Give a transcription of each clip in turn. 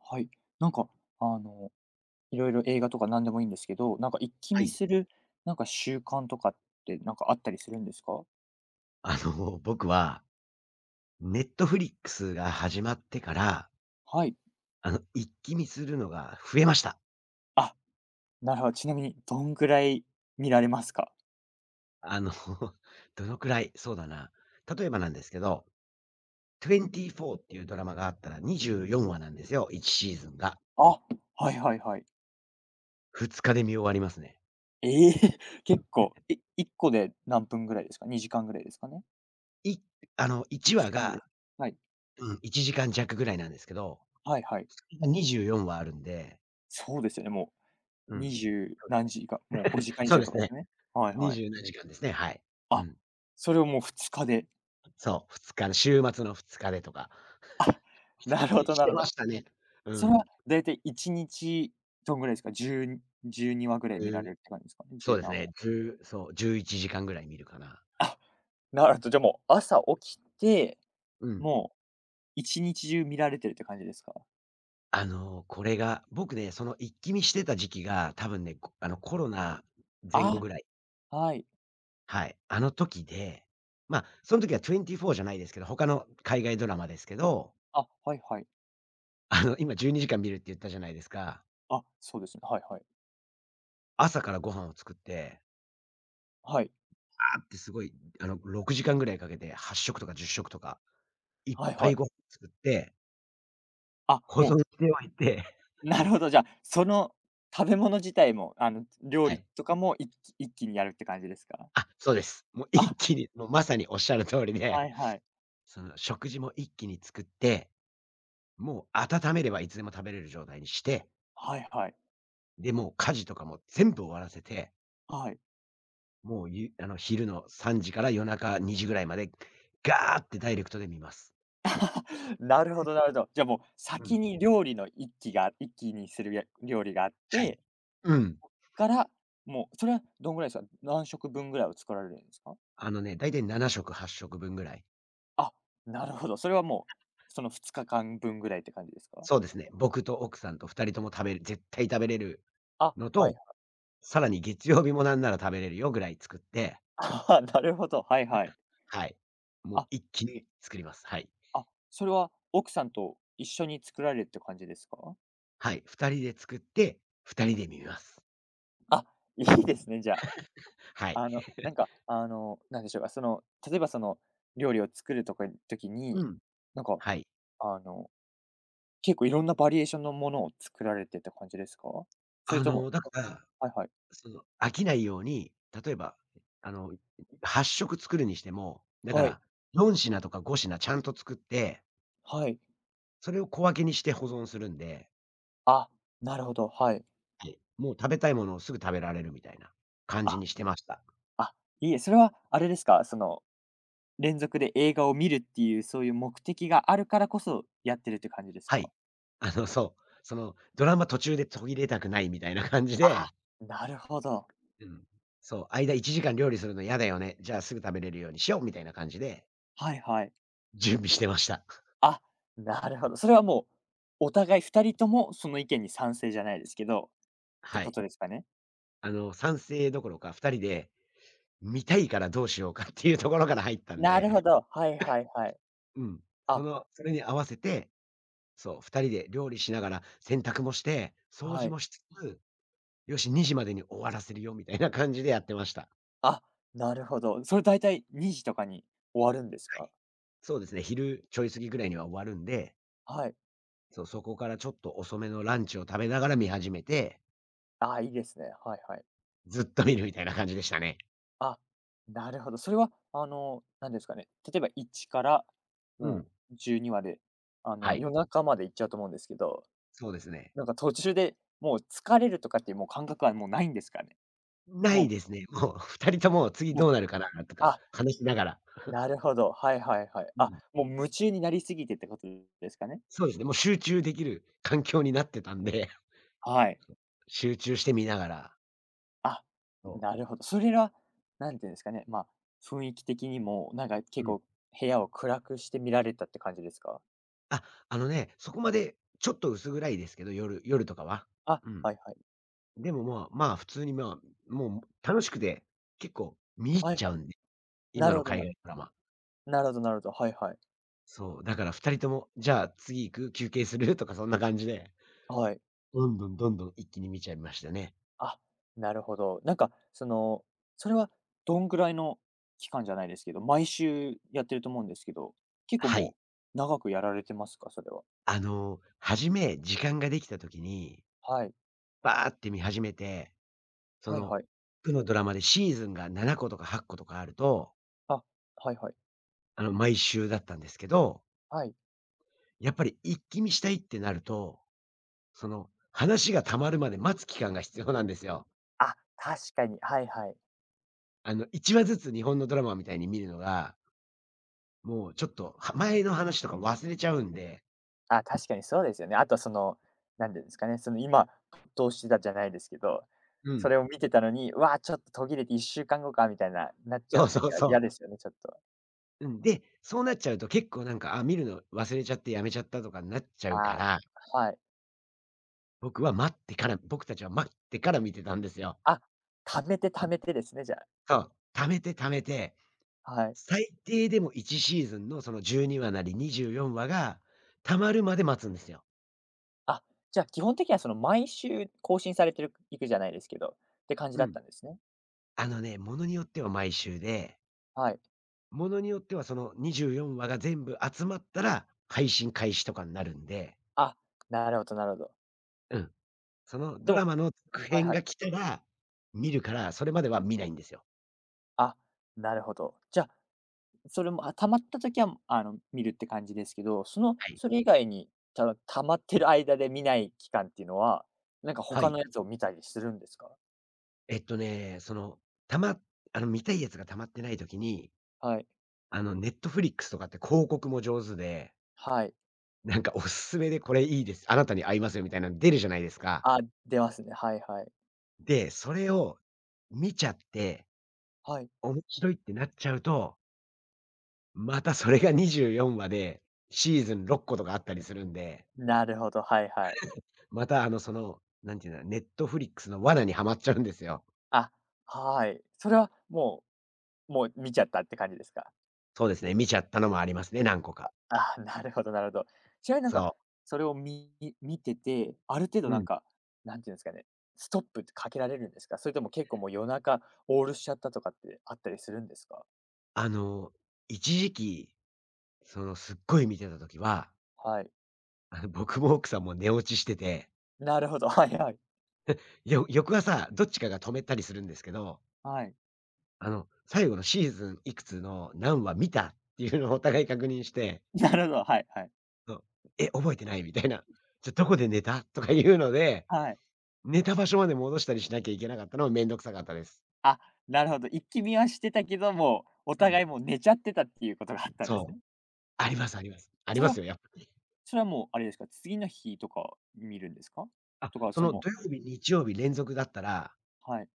はい。なんか、あの、いろいろ映画とか何でもいいんですけど、なんか一気は見い。する、なんか習慣とかってなんかあったりするんですか？僕は、ネットフリックスが始まってから、はい。一気見するのが増えました。あ、なるほど。ちなみにどんぐらい見られますか？あの、どのくらい、そうだな。例えばなんですけど、24っていうドラマがあったら24話なんですよ、1シーズンが。あ、はいはいはい。2日で見終わりますね。ええ 結構。え、1個で何分ぐらいですか？2時間ぐらいですかねいあの、？1 1話時間ぐらい。が、はい。うん、1時間弱ぐらいなんですけど、はいはい。今24話あるんで、そうですよね、もううん。20何時間、もう5時間以そう上でとすかですね。よね。はいはい。27時間ですね、はい。うあ、ん。それをもう2日で。そう、2日週末の2日でとか、なるほ どしなてるほまど。したね。うそれん。はだいたい1日どんぐらいですか？1012話ぐらいじ見ゅられうるって感じですかね？そう十です何話。ね、1そう、11時間ぐらい見るかな。あ、なるほど、じゃ、もう朝起きて、うん。もう1日中見られてるって感じですか？これが、僕ね、その一気見してた時期が、多分ね、こあの、コロナ前後あ、ぐらい。はい。はい。あの時で、その時は24じゅうよじじゃないですけど、他の海外ドラマですけど、あ、はいはい。今12時間見るって言ったじゃないですか。あ、そうですね。はいはい。朝からご飯を作って、はい。あーってすごい、6時間ぐらいかけて8食とか10食とか、いっはいぱはいい。ご飯作って、あ、保存もしておいて う、なるほど、じゃあ、その食べ物自体も、あの、料は理い。とかもいっき一気にやるって感じですか？あ、そうです。もう一あ、気に、もうまさにおっしゃる通りで、はいはい。その食事も一気に作って、もう温めればいつでも食べれる状態にして、はいはい。で、もう家事とかも全部終わらせて、はい。もうゆあの、昼の3時から夜中2時ぐらいまで、ガーってダイレクトで見ます。なるほどなるほど。じゃあもううん。先に料理の一気が一気にするや料理があっはい。て、うん。から、もうそれはどんぐらいですか？何食分ぐらいを作られるんですか？あのね、だいたい7食8食分ぐらい。あ、なるほど。それはもう、その2日間分ぐらいって感じですか？そうですね。僕と奥さんと2人とも食べる絶対食べれるあ、のはいと、はい。さらに月曜日もなんなら食べれるよぐらい作って、あ、なるほど、はいはい。はい。もうあ、一気に作ります。はい。あ、それは奥さんと一緒に作られるって感じですか？はい。2人で作って、2人で見ます。あ、いいですね、じゃあ。はい。あの、なんか、あの、なんでしょうか、その、例えばその料理を作るとか時うに、ん。なんか、はい。あの結構いろんなバリエーションのものを作られてって感じですか？それともだから、はいはい。その、飽きないように、例えば、あの、8色作るにしても、だかはい、ら4品とか5品ちゃんと作って、はい。それを小分けにして保存するんで、あ、なるほど、はい。はい。もう食べたいものをすぐ食べられるみたいな感じあ、にしてました。あ、いいえ、それはあれですか、その、連続で映画を見るっていう、そういう目的があるからこそやってるって感じですはか？い。そう。その、ドラマ途中で途切れたくないみたいな感じあ、で、なるほど。うん。そう、間1時間料理するの嫌だよね。じゃあすぐ食べれるようにしようみたいな感じで、はいはい。準備してました。あ、なるほど。それはもう、お互い二人ともその意見に賛成じゃないですけど、ってはこい。とですかね？賛成どころか、2人で、見たいからどうしようかっていうところから入ったんなるで、ほ ど、はいはいはい。うん。そあ、の、それに合わせて、そう、2人で料理しながら洗濯もして、掃は除い。もしつつ、よし、2時までに終わらせるよみたいな感じでやってました。あ、なるほど。それ大体2時とかに終わるんですはか？い。そうですね、昼ちょい過ぎぐらいには終わるんで、はい。そう、そこからちょっと遅めのランチを食べながら見始めて、あ、いいですね。はいはい。ずっと見るみたいな感じでしたね。あ、なるほど。それはあの、何ですかね、例えば1からうもん。う12まで、あはの、い。夜中までいっちゃうと思うんですけど、そうですね。なんか途中でもう疲れるとかっていうもう感覚はもうないんですかね？なもいうですね。もう2 人とも次もどう、うなるかなとかあ、話しながら。なるほど。はいはいはい。うあ、ん。もう夢中になりすぎてってことですかね？そうですね、もう集中できる環境になってたんで、はい。集中して見ながら。あ、そなるほど。それは、なんていうんですかね、まあ、雰囲気的にも、なんか結う。う構ん。部屋を暗くして見られたって感じですか？あ、そこまでちょっと薄暗いですけど、夜とかは。あ、うん。はいはい。でもまあ、普通にもう楽しくて、結構見入っはいちゃはい。うんで、な今るのほど海な外ドラマ。なるほどなるほど。はいはい。そう、だから2人とも、じゃあ次行く？休憩する？とかそんな感じで、はい。どんどんどんどん一気に見ちゃいましたね。あ、なるほど。なんかその、それはどんぐらいの期間じゃないですけど、毎週やってると思うんですけど、結構はい。もう長くやられてますか？それは。初め時間ができた時に、はい。バーって見始めて、そはいの、はい。区のドラマでシーズンが7個とか8個とかあると、あ、はいはい。毎週だったんですけど、はい。やっぱり一気見したいってなると、その、話が溜まるまで待つ期間が必要なんですよ。あ、確かに。はいはい。1話ずつ日本のドラマみたいに見るのが、もうちょっと、前の話とか忘れちゃうんで、あ、確かにそうですよね。あとその、なんていうんですかね、その今、どうしてたじゃないですけど、うそん。れを見てたのに、わあ、ちょっと途切れて1週間後かんごかみたいな、なっちゃそううそう時は嫌そですよね、ちょっと。う。うん、で、そうなっちゃうと結構なんか、あ、見るの忘れちゃってやめちゃったとかになっちゃうかああ、ら、はい。僕たちは待ってから見てたんですよ。あ、貯めて貯めてですね、じゃあ。そう、貯めて貯めて、はい。最低でも1シーズンのその12話なり24話が溜まるまで待つんですよ。あ、じゃあ基本的にはその毎週更新されてるいくじゃないですけど、って感じうだっん。たんですね。あのね、ものによっては毎週で、はい。ものによってはその24話が全部集まったら、配信開始とかになるんで、あ、なるほどなるほど。うん。そのでドラもマの続はい編はい。が来たら、見るから、それまでは見ないんですよ。あ、なるほど。じゃあ、それも、あ、溜まった時は、あの、見るって感じですけど、その、はい。それ以外に、ただ溜まってる間で見ない期間っていうのは、なんかは他い。のやつを見たりするんですか？えっとね、その、たま見たいやつが溜まってない時に、はい。ネットフリックスとかって広告も上手で、はい。なんかおすすめでこれいいです。あなたに合いますよみたいなの出るじゃないですか。あ、出ますね。はいはい。で、それを見ちゃって、はい。面白いってなっちゃうと、またそれが24話で、シーズン6個とかあったりするんで、なるほど、はいはい。またその、なんていうんだ、ネットフリックスの罠にはまっちゃうんですよ。あ、はい。それはもうもう見ちゃったって感じですか？そうですね、見ちゃったのもありますね、何個か。ああ、なるほどなるほど。ちなみになんか、そそれを見てて、ある程度う。うなんん。か、なんていうんですかね、ストップってかけられるんですか？それとも結構もう夜中オールしちゃったとかってあったりするんですか？あの、一時期、そのすっごい見てた時は、はい。僕も奥さんも寝落ちしてて、なるほど、はいはい。翌朝、どっちかが止めたりするんですけど、はい。最後のシーズンいくつの何話見たっていうのをお互い確認して、なるほど、はいはい。そう、「え、覚えてない？」みたいな。「じゃ、どこで寝た？」とかいうので、はい。寝た場所まで戻したりしなきゃいけなかったのはめんどくさかったです。あ、なるほど、一気見はしてたけども、おうん。互いもう寝ちゃってたっていうことがあったんですそう。ね。ありあ、ますあります。ありそれまはすよ、やっぱり。もうあれですか、次の日とか見るんですか？あ、とか、そそのの土曜日、日曜日連続だったら、はい。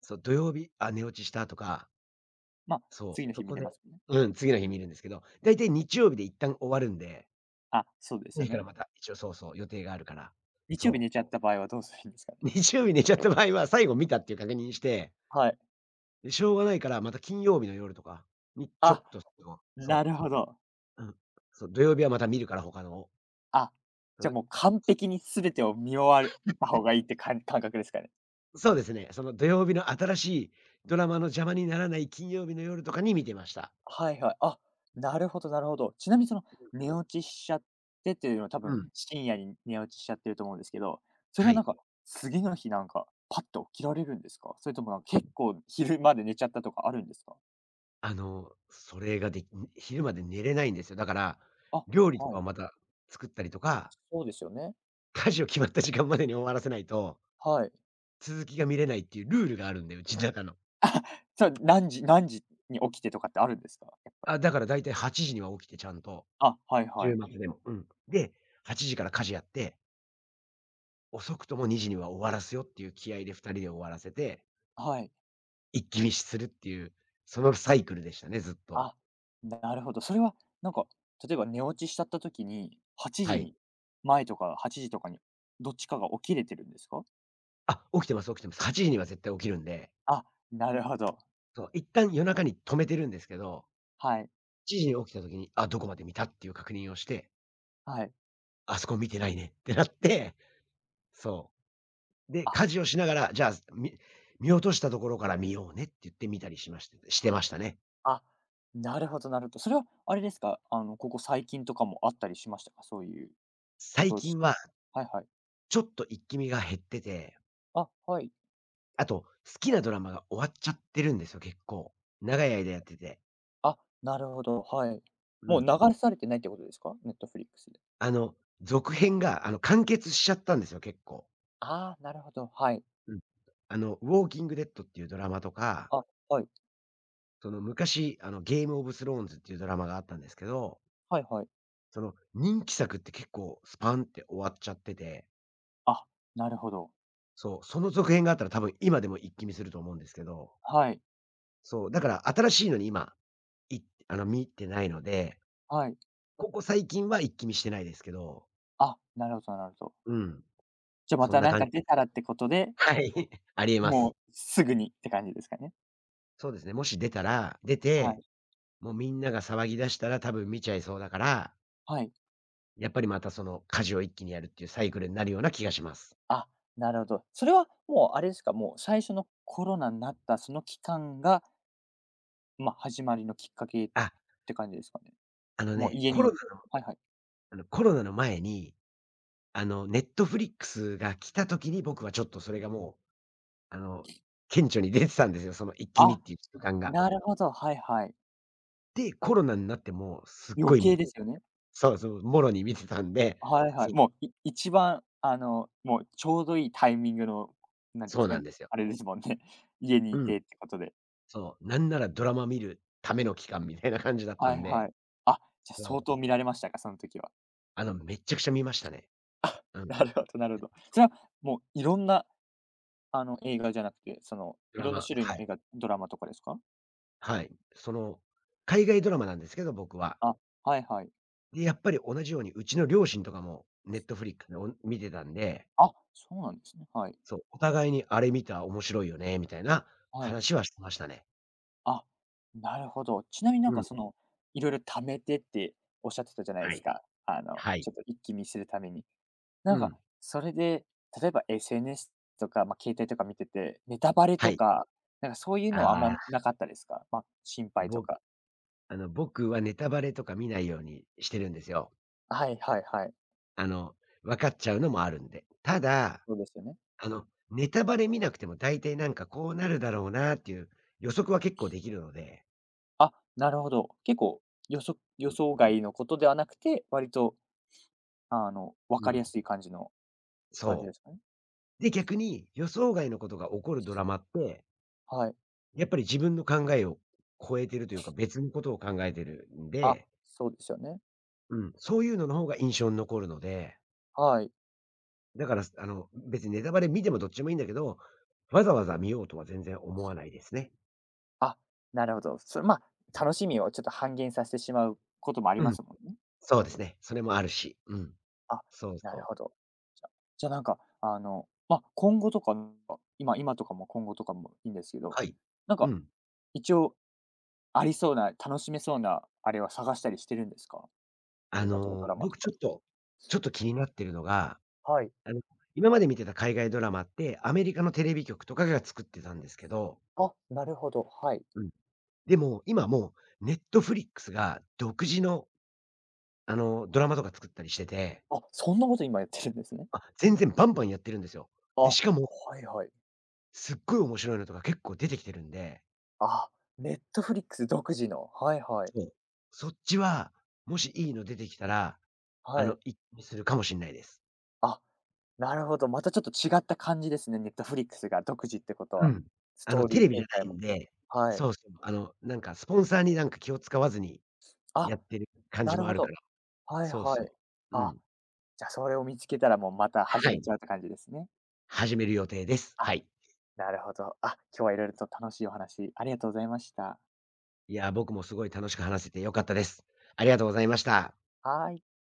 そう、土曜日、あ、寝落ちしたとか、まあ、そう、次の日そ見こてでますよね。うん、次の日見るんですけど、だいたい日曜日で一旦終わるんで、あ、そうですよ日かね。らまた、一応そうそう、予定があるから。日曜日そ寝う。ちゃった場合はどうするんですか ね？日曜日寝ちゃった場合は、最後見たっていう確認して、はい。で、しょうがないから、また金曜日の夜とかにちょっあ、となるほど。うん。そう、土曜日はまた見るから、他のを。あ、うじゃあん、もう完璧に全てを見終わるた方がいいって感覚ですかね？そうですね、その土曜日の新しいドラマの邪魔にならない金曜日の夜とかに見てました。はいはい。あ、なるほどなるほど。ちなみにその寝落ちしちゃってっていうのは多う分ん。深夜に寝落ちしちゃってると思うんですけど、それははなんい。か次の日なんかパッと起きられるんですか？それともなんか結構昼まで寝ちゃったとかあるんですか？それができ昼まで寝れないんですよ。だから、あ、料理とはかをい。また作ったりとか、そうですよね。家事を決まった時間までに終わらせないとはい。続きが見れないっていうルールがあるんで、うちの中の。じゃあ何時何時に起きてとかってあるんですか？やっぱあ、り。だからだいたい8時には起きてちゃんと、あ、はい週はい。末でも。うん。で、8時から家事やって、遅くとも2時には終わらすよっていう気合で2人で終わらせて、はい。一気見するっていう、そのサイクルでしたね、ずっと。あ、なるほど。それはなんか、例えば寝落ちしちゃった時に、8は時い。に前とか8時とかにどっちかが起きれてるんですか？あ、起きてます起きてます。8時には絶対起きるんで、あ、なるほど。そう、一旦夜中に止めてるんですけど、はい、1時に起きた時に、あ、どこまで見たっていう確認をして、はい。あそこ見てないねってなって、そう。で、あ、家事をしながら、じゃあ、見落としたところから見ようねって言って見たりしてまはしい。たね。あ、なるほどなるほど。それはあれですか、あの、ここ最近とかもあったりしましたか？そういうこ最とを近しははいはい。ちょっと一気見が減ってて、あ、はい。あと、好きなドラマが終わっちゃってるんですよ、結構。長い間やってて。あ、なるほど、はい。うもうん。流されてないってことですかネットフリックスで。あの、続編が、完結しちゃったんですよ、結構。ああ、なるほど、はい。うん。あの、ウォーキングデッドっていうドラマとか、あ、はい。その昔、ゲームオブスローンズっていうドラマがあったんですけど、はいはい。その人気作って結構スパンって終わっちゃってて、あ、なるほど。そう、その続編があったら多分今でも一気見すると思うんですけど、はい。そう、だから新しいのに今、いあの、見てないので、はい。ここ最近は一気見してないですけど、あ、なるほどなるほど。うん、じゃ、まそんたななん感かじで出す。たらってことで、はい、ありえまもす。うすぐにって感じですかね。そうですね、もし出たら、出はて、い。もうみんなが騒ぎ出したら多分見ちゃいそうだから、はい。やっぱりまたその家事を一気にやるっていうサイクルになるような気がします。あ、なるほど。それはもうあれですか、もう最初のコロナになったその期間が、まあ、始まりのきっかけっあ、て感じですかね？あのもうね、家にいてはいはい。コロナの前に、あの、ネットフリックスが来た時に僕はちょっとそれがもうあの、顕著に出てたんですよ、その一気見っあ、ていう習慣が。なるほど、はいはい。で、コロナになってもすっご余い見計て、ですよね。そうそう、もろに見てたんで、はいはそい。もう、い一番あの、もうちょうどいいタイミングの、なんていうんでそすうかなんね、ですよ。あれですもんね。家にういん。てってことで。そう、なんならドラマ見るための期間みたいな感じだったはんいはで、い。あ、じゃ、そ相う、当見られましたか、その時は。めっちゃくちゃ見ましたね。う ん、なるほどなるほど。そそう、れはもういろんな、あの、映画じゃなくて、その、ドいラろんなマ種類はのい。映画、ドラマとかですか？はい。その、海外ドラマなんですけど、僕は。あ、はいはい。で、やっぱり同じようにうちの両親とかもネットフリックスでお見てたんで、あ、そうなんですね。はい。そう、お互いにあれ見た、面白いよねみたいなはい。話はしてましたね。あ、なるほど。ちなみになんうかん。その、いろいろ貯めてっておっしゃってたじゃないではすい。か。あの、はい。ちょっと一気見するために。なうんか、ん。それで、例えば SNS とか、まあ、携帯とか見てて、ネタバレはとい。か、なんかそういうのはあんまああ、なかったですか？まあ、心配とぼか。あの、僕はネタバレとか見ないようにしてるんですよ。はいはいはい。あの、分かっちゃうのもあるんで。ただ、そうですよね。あの、ネタバレ見なくても大体なんかこうなるだろうなっていう予測は結構できるので。あ、なるほど。結構、予測予うん。想外のことではなくて、割と、あの、分うかりやん、すい感じの感じそですかね。う。で、逆に予想外のことが起こるドラマって、はい。やっぱり自分の考えを超えてるというか、別のことを考えてるんあ、で、そうですよね。うん、そういうのの方が印象に残るので、はい。だから、あの、別にネタバレ見てもどっちでもいいんだけど、わざわざ見ようとは全然思わないですね。あ、なるほど。それ、まうあ、ん。楽しみをちょっと半減させてしまうこともありますもんね。そうですね。それもあるし、うん。あ、そうなそるう。ほど。じゃじゃ、なんか、あの、まあ、今後とか、今今とかも今後とかもいいんですけど、はい。なんうか、ん。一応、ありそうな、楽しめそうなあれは探したりしてるんですか？あ映画とかドの、ラマと僕ちか。ょっと、ちょっと気になってるのが、はい。あの、今まで見てた海外ドラマって、アメリカのテレビ局とかが作ってたんですけど、あ、なるほど、はい。うん。でも、今もう、ネットフリックスが独自の、あの、ドラマとか作ったりしてて、あ、そんなこと今やってるんですね。あ、全然バンバンやってるんですよ。あ、で、はしかも、いはい。すっごい面白いのとか結構出てきてるんで、あ、ネットフリックス独自の。はいはい。そう。そっちは、もしいいの出てきたら、あはの、い。一気にするかもしんないです。あ、なるほど、またちょっと違った感じですね、ネットフリックスが独自ってことうは。ん。スあトの、ーテリーレビじ展ゃ開ないも。んで、はい。そうそう、あの、なんかスポンサーになんか気を使わずにあ、やってる感じなるもあほるかど。ら。はいそうはそい。う。うあ、ん。じゃ、それを見つけたらもうまた始はめい。ちゃうって感じですね。始める予定です。あ、はい。なるほど。あ、今日は色々と楽しいお話ありがとうございました。いや、僕もすごい楽しく話せて良かったです。ありがとうございました。はい。